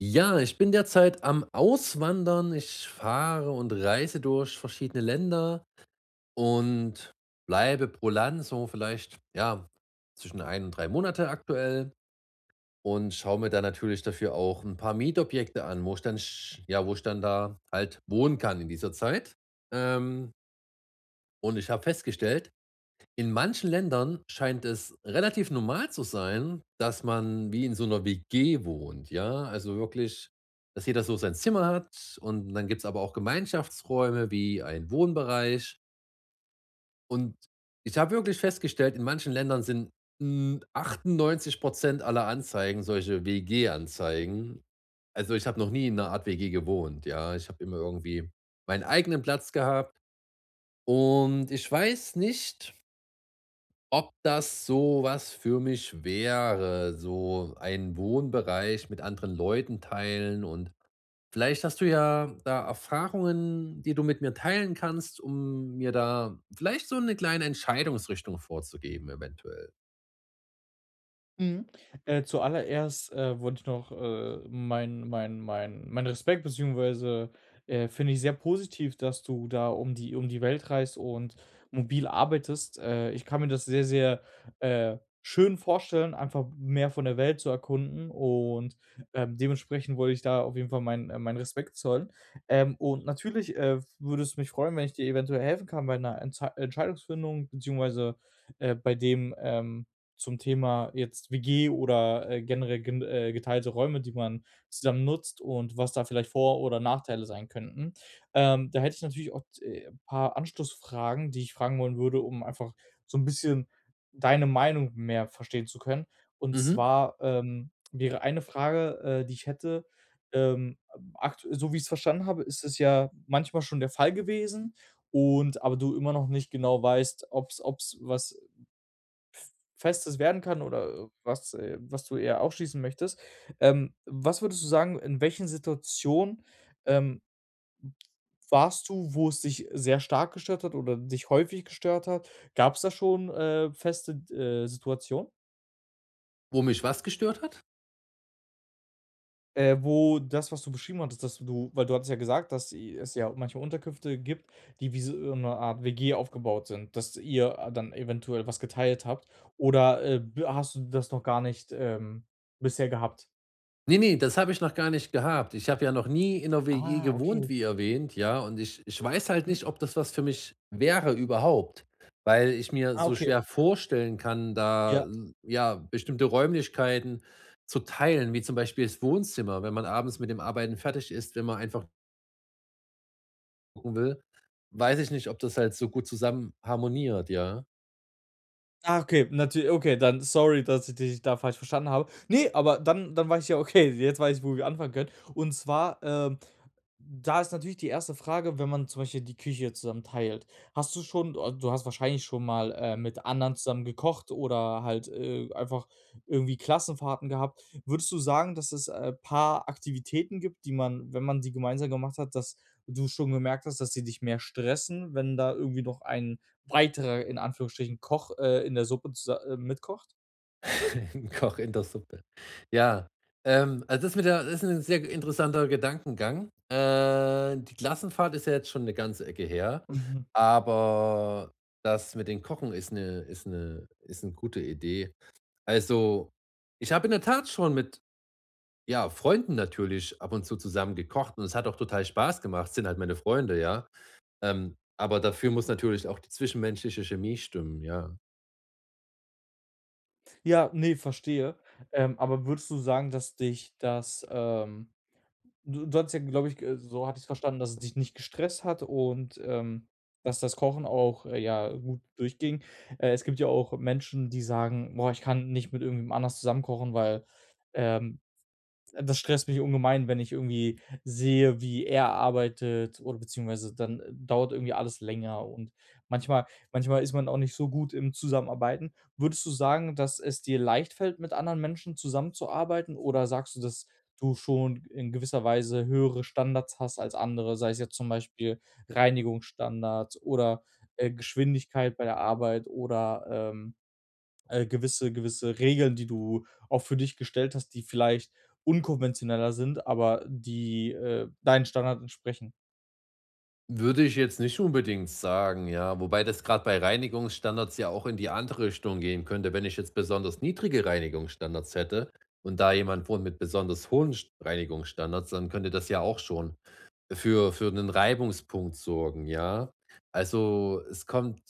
Ja, ich bin derzeit am Auswandern. Ich fahre und reise durch verschiedene Länder und bleibe pro Land so vielleicht, ja, zwischen 1 und 3 Monate aktuell und schaue mir dann natürlich dafür auch ein paar Mietobjekte an, wo ich dann sch ja, wo ich dann da halt wohnen kann in dieser Zeit. Ähm, und ich habe festgestellt, in manchen Ländern scheint es relativ normal zu sein, dass man wie in so 'ner WG wohnt, ja? Also, wirklich, dass jeder so sein Zimmer hat und dann gibt's aber auch Gemeinschaftsräume wie ein Wohnbereich. Und ich habe wirklich festgestellt, in manchen Ländern sind, hm, Prozent aller Anzeigen solche WG-Anzeigen. Also, ich habe noch nie in einer Art WG gewohnt, ja? Ich habe immer irgendwie meinen eigenen Platz gehabt und ich weiß nicht, ob das so was für mich wäre, so einen Wohnbereich mit anderen Leuten teilen, und vielleicht hast du ja da Erfahrungen, die du mit mir teilen kannst, um mir da vielleicht so eine kleine Entscheidungsrichtung vorzugeben eventuell. Mhm. Zuallererst, wollte ich noch, meinen Respekt beziehungsweise, finde ich sehr positiv, dass du da um die Welt reist und mobil arbeitest. Ich kann mir das sehr, sehr, äh, schön vorstellen, einfach mehr von der Welt zu erkunden und, dementsprechend wollte ich da auf jeden Fall meinen meinen Respekt zollen. Und natürlich, würde es mich freuen, wenn ich dir eventuell helfen kann bei einer Entsei Entscheidungsfindung beziehungsweise, bei dem zum Thema jetzt WG oder, generell gen geteilte Räume, die man zusammen nutzt und was da vielleicht Vor- oder Nachteile sein könnten. Da hätte ich natürlich auch, paar Anschlussfragen, die ich fragen wollen würde, um einfach so 'n bisschen deine Meinung mehr verstehen zu können. Und Mhm. zwar, wäre eine Frage, die ich hätte, ähm, akt so wie ich's verstanden habe, ist es ja manchmal schon der Fall gewesen und aber du immer noch nicht genau weißt, ob's was Festes werden kann oder was du eher ausschließen möchtest. Was würdest du sagen, in welchen Situationen, ähm, warst du, wo es dich sehr stark gestört hat oder dich häufig gestört hat? Gab es da schon, feste Situationen, Wo mich was gestört hat? Wo das, was du beschrieben hattest, dass du weil du hattest ja gesagt, dass i es ja manche Unterkünfte gibt, die wie so eine Art WG aufgebaut sind, dass ihr, dann eventuell was geteilt habt oder, b hast du das noch gar nicht, bisher gehabt? Ne, ne, das habe ich noch gar nicht gehabt. Ich habe ja noch nie in 'ner WG Ah, okay, gewohnt, wie okay. erwähnt, ja, und ich weiß halt Mhm. nicht, ob das was für mich wäre überhaupt, weil ich mir Ah, so okay. schwer vorstellen kann, da, Ja. l ja, bestimmte Räumlichkeiten zu teilen, wie zum Beispiel das Wohnzimmer. Wenn man abends mit dem Arbeiten fertig ist, wenn man einfach gucken will, weiß ich nicht, ob das halt so gut zusammen harmoniert, ja. Ah, okay, natürlich okay, dann sorry, dass ich dich da falsch verstanden habe. Nee, aber dann weiß ich ja, okay, jetzt weiß ich, wo wir anfangen können. Und zwar, ähm, da ist natürlich die erste Frage, wenn man zum Beispiel die Küche zusammen teilt. Hast du schon oh, Du hast wahrscheinlich schon mal, mit anderen zusammen gekocht oder halt, einfach irgendwie Klassenfahrten gehabt. Würdest du sagen, dass es ein paar Aktivitäten gibt, die man, wenn man die gemeinsam gemacht hat, dass du schon gemerkt hast, dass sie dich mehr stressen, wenn da irgendwie noch ein weiterer, in Anführungsstrichen, Koch, in der Suppe zusa mitkocht? Ein Koch in der Suppe. Ja, also das mit der das ist ein sehr interessanter Gedankengang. Die Klassenfahrt ist ja jetzt schon eine ganze Ecke her, Mhm. aber das mit dem Kochen ist eine gute Idee. Also, ich habe in der Tat schon mit, ja, Freunden natürlich ab und zu zusammen gekocht und es hat auch total Spaß gemacht, sind halt meine Freunde, ja. Aber dafür muss natürlich auch die zwischenmenschliche Chemie stimmen, ja. Ja, nee, verstehe. Aber würdest du sagen, dass dich das, Du du hattest ja, glaube ich, so hatte ich es verstanden, dass es dich nicht gestresst hat und, dass das Kochen auch, ja, gut durchging. Es gibt ja auch Menschen, die sagen: „Boah, ich kann nicht mit irgendwem anders zusammen kochen, weil, ähm, das stresst mich ungemein, wenn ich irgendwie sehe, wie er arbeitet oder beziehungsweise dann dauert irgendwie alles länger und manchmal manchmal ist man auch nicht so gut im Zusammenarbeiten. Würdest du sagen, dass es dir leicht fällt, mit anderen Menschen zusammenzuarbeiten oder sagst du, dass du schon in gewisser Weise höhere Standards hast als andere, sei es jetzt zum Beispiel Reinigungsstandards oder, Geschwindigkeit bei der Arbeit oder, ähm gewisse Regeln, die du auch für dich gestellt hast, die vielleicht unkonventioneller sind, aber die, deinen Standard entsprechen. Würde ich jetzt nicht unbedingt sagen, ja. Wobei das gerade bei Reinigungsstandards ja auch in die andere Richtung gehen könnte. Wenn ich jetzt besonders niedrige Reinigungsstandards hätte und da jemand wohnt mit besonders hohen St Reinigungsstandards, dann könnte das ja auch schon für einen Reibungspunkt sorgen, ja. Also, es kommt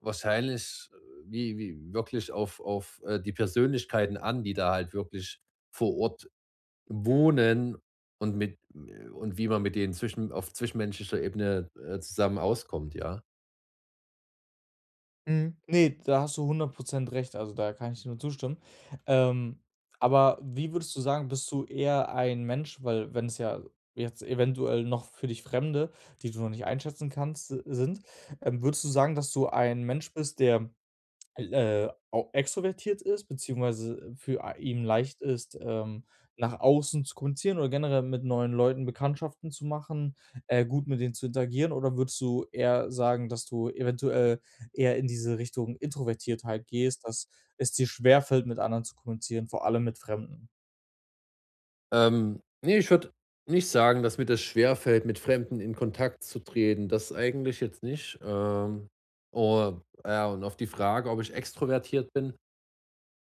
wahrscheinlich, wie wirklich auf auf die Persönlichkeiten an, die da halt wirklich vor Ort Wohnen und mit und wie man mit denen zwischen auf zwischenmenschlicher Ebene, zusammen auskommt, ja. Mhm. Ne, da hast du 100% recht, also da kann ich dir nur zustimmen. Ähm, aber wie würdest du sagen, bist du eher ein Mensch, weil wenn es ja jetzt eventuell noch für dich Fremde, die du noch nicht einschätzen kannst, si sind, würdest du sagen, dass du ein Mensch bist, der au extrovertiert ist, beziehungsweise für a ihn leicht ist, nach außen zu kommunizieren oder generell mit neuen Leuten Bekanntschaften zu machen, gut mit denen zu interagieren? Oder würdest du eher sagen, dass du eventuell eher in diese Richtung Introvertiertheit gehst, dass es dir schwerfällt, mit anderen zu kommunizieren, vor allem mit Fremden? Ne, ich würde nicht sagen, dass mir das schwerfällt, mit Fremden in Kontakt zu treten. Das eigentlich jetzt nicht. Oh, ja, und auf die Frage, ob ich extrovertiert bin.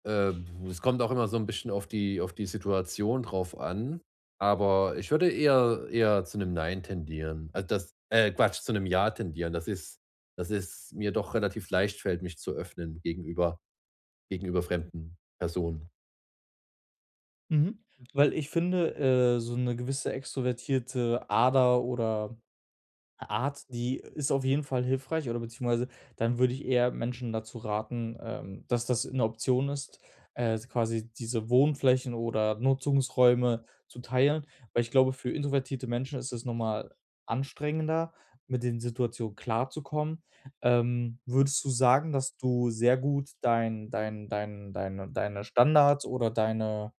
Äh, Es kommt auch immer so ein bisschen auf die Situation drauf an, aber ich würde eher zu einem Nein tendieren. Also, das Quatsch, zu einem Ja tendieren. Das ist mir doch relativ leicht fällt, mich zu öffnen gegenüber fremden Personen. Mhm. Weil ich finde, so eine gewisse extrovertierte Ader oder Art, die ist auf jeden Fall hilfreich oder beziehungsweise dann würde ich eher Menschen dazu raten, dass das eine Option ist, quasi diese Wohnflächen oder Nutzungsräume zu teilen, weil ich glaube, für introvertierte Menschen ist es nochmal anstrengender, mit den Situationen klarzukommen. Würdest du sagen, dass du sehr gut deine Standards oder deine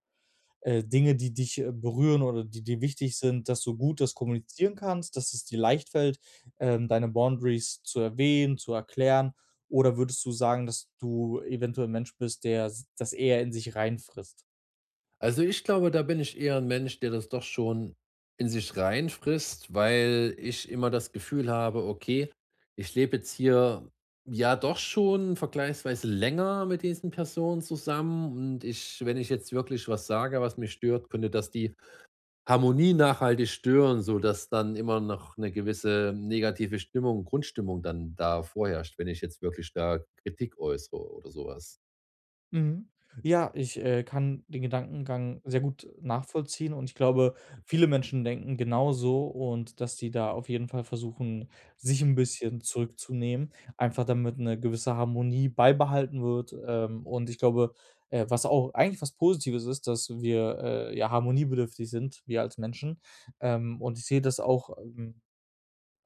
Dinge, die dich, berühren oder die dir wichtig sind, dass du gut das kommunizieren kannst, dass es dir leicht fällt, deine Boundaries zu erwähnen, zu erklären? Oder würdest du sagen, dass du eventuell 'n Mensch bist, der s das eher in sich reinfrisst? Also, ich glaube, da bin ich eher ein Mensch, der das doch schon in sich reinfrisst, weil ich immer das Gefühl habe: „Okay, ich lebe jetzt hier ja doch schon vergleichsweise länger mit diesen Personen zusammen und ich wenn ich jetzt wirklich was sage, was mich stört, könnte das die Harmonie nachhaltig stören, so dass dann immer noch eine gewisse negative Stimmung Grundstimmung dann da vorherrscht, wenn ich jetzt wirklich da Kritik äußere oder sowas. Mhm. Ja, ich, kann den Gedankengang sehr gut nachvollziehen und ich glaube, viele Menschen denken genauso und dass die da auf jeden Fall versuchen, sich ein bisschen zurückzunehmen, einfach damit eine gewisse Harmonie beibehalten wird. Und ich glaube, was auch eigentlich was Positives ist, dass wir, ja, harmoniebedürftig sind, wir als Menschen. Und ich sehe das auch,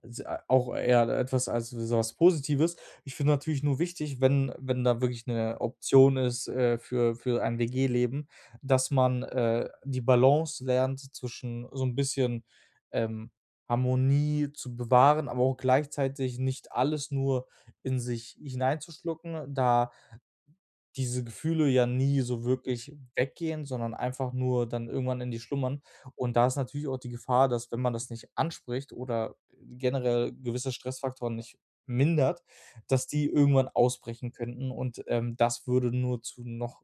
s auch eher etwas als so Positives. Ich finde natürlich nur wichtig, wenn da wirklich eine Option ist, für ein WG-Leben, dass man, die Balance lernt zwischen so ein bisschen, ähm, Harmonie zu bewahren, aber auch gleichzeitig nicht alles nur in sich hineinzuschlucken, da diese Gefühle ja nie so wirklich weggehen, sondern einfach nur dann irgendwann in die schlummern. Und da ist natürlich auch die Gefahr, dass wenn man das nicht anspricht oder generell gewisse Stressfaktoren nicht mindert, dass die irgendwann ausbrechen könnten und, das würde nur zu noch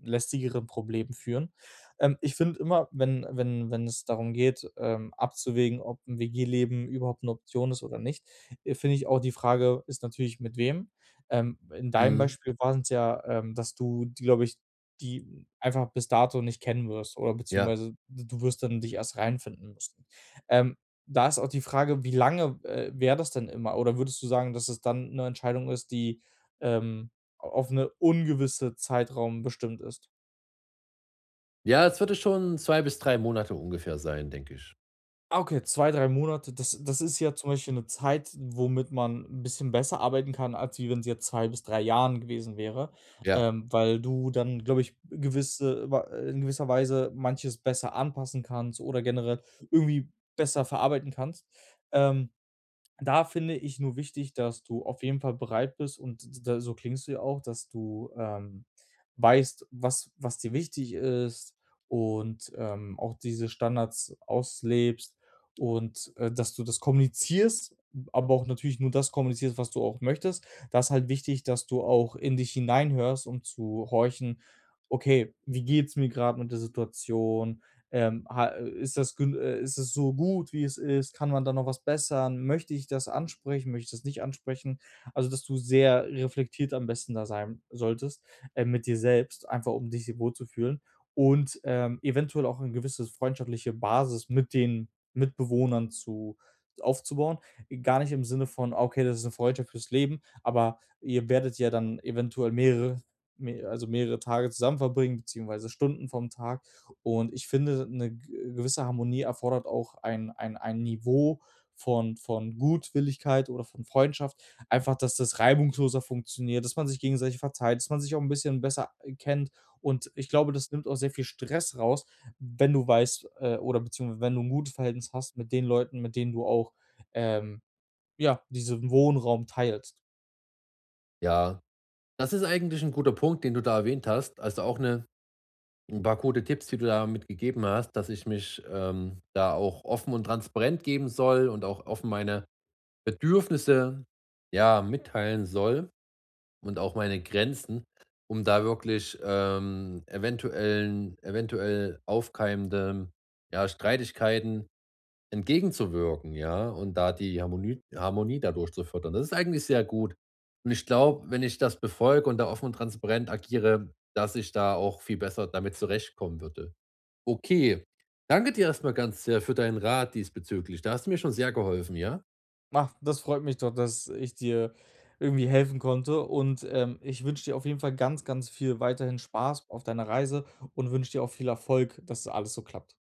lästigeren Problemen führen. Ich finde immer, wenn es darum geht, abzuwägen, ob 'n WG-Leben überhaupt eine Option ist oder nicht, finde ich auch, die Frage ist natürlich mit wem. In deinem Mhm, Beispiel war es ja, dass du, glaube ich, die einfach bis dato nicht kennen wirst oder ja. beziehungsweise du wirst dann dich erst reinfinden müssen. Ähm, Da ist auch die Frage, wie lange, wäre das denn immer? Oder würdest du sagen, dass es dann eine Entscheidung ist, die, ähm auf eine ungewisse Zeitraum bestimmt ist. Ja, es würde schon 2 bis 3 Monate ungefähr sein, denke ich. Ah, okay, 2 3 Monate, das ist ja zum Beispiel eine Zeit, womit man ein bisschen besser arbeiten kann, als wie wenn es jetzt 2 bis 3 Jahren gewesen wäre, Ja, weil du dann, glaube ich, gewisse wa in gewisser Weise manches besser anpassen kannst oder generell irgendwie besser verarbeiten kannst. Ähm Da finde ich nur wichtig, dass du auf jeden Fall bereit bist und da, so klingst du ja auch, dass du, weißt, was was dir wichtig ist und, auch diese Standards auslebst und, dass du das kommunizierst, aber auch natürlich nur das kommunizierst, was du auch möchtest. Das ist halt wichtig, dass du auch in dich hineinhörst, um zu horchen: „Okay, wie geht's mir gerade mit der Situation? Ha ist das gün ist es so gut, wie es ist? Kann man da noch was bessern? Möchte ich das ansprechen? Möchte ich das nicht ansprechen?“ Also, dass du sehr reflektiert am besten da sein solltest, mit dir selbst, einfach um dich hier wohlzufühlen und, eventuell auch eine gewisse freundschaftliche Basis mit den Mitbewohnern zu aufzubauen. Gar nicht im Sinne von: „Okay, das ist 'ne Freundschaft fürs Leben“, aber ihr werdet ja dann eventuell mehrere me also mehrere Tage zusammen verbringen, beziehungsweise Stunden vom Tag. Und ich finde, eine ge gewisse Harmonie erfordert auch ein Niveau von Gutwilligkeit oder von Freundschaft. Einfach, dass das reibungsloser funktioniert, dass man sich gegenseitig verzeiht, dass man sich auch ein bisschen besser kennt. Und ich glaube, das nimmt auch sehr viel Stress raus, wenn du weißt, oder beziehungsweise wenn du ein gutes Verhältnis hast mit den Leuten, mit denen du auch, ähm, ja, diesen Wohnraum teilst. ja. Das ist eigentlich ein guter Punkt, den du da erwähnt hast. Also, auch eine ein paar gute Tipps, die du da mitgegeben hast, dass ich mich, da auch offen und transparent geben soll und auch offen meine Bedürfnisse, ja, mitteilen soll und auch meine Grenzen, um da wirklich, eventuell aufkeimende, ja, Streitigkeiten entgegenzuwirken, ja, und da die Harmonie dadurch zu fördern. Das ist eigentlich sehr gut. Und ich glaube, wenn ich das befolge und da offen und transparent agiere, dass ich da auch viel besser damit zurechtkommen würde. Okay, danke dir erstmal ganz sehr für deinen Rat diesbezüglich. Da hast du mir schon sehr geholfen, ja? Ach, das freut mich doch, dass ich dir irgendwie helfen konnte und, ich wünsche dir auf jeden Fall ganz, ganz viel weiterhin Spaß auf deiner Reise und wünsche dir auch viel Erfolg, dass alles so klappt.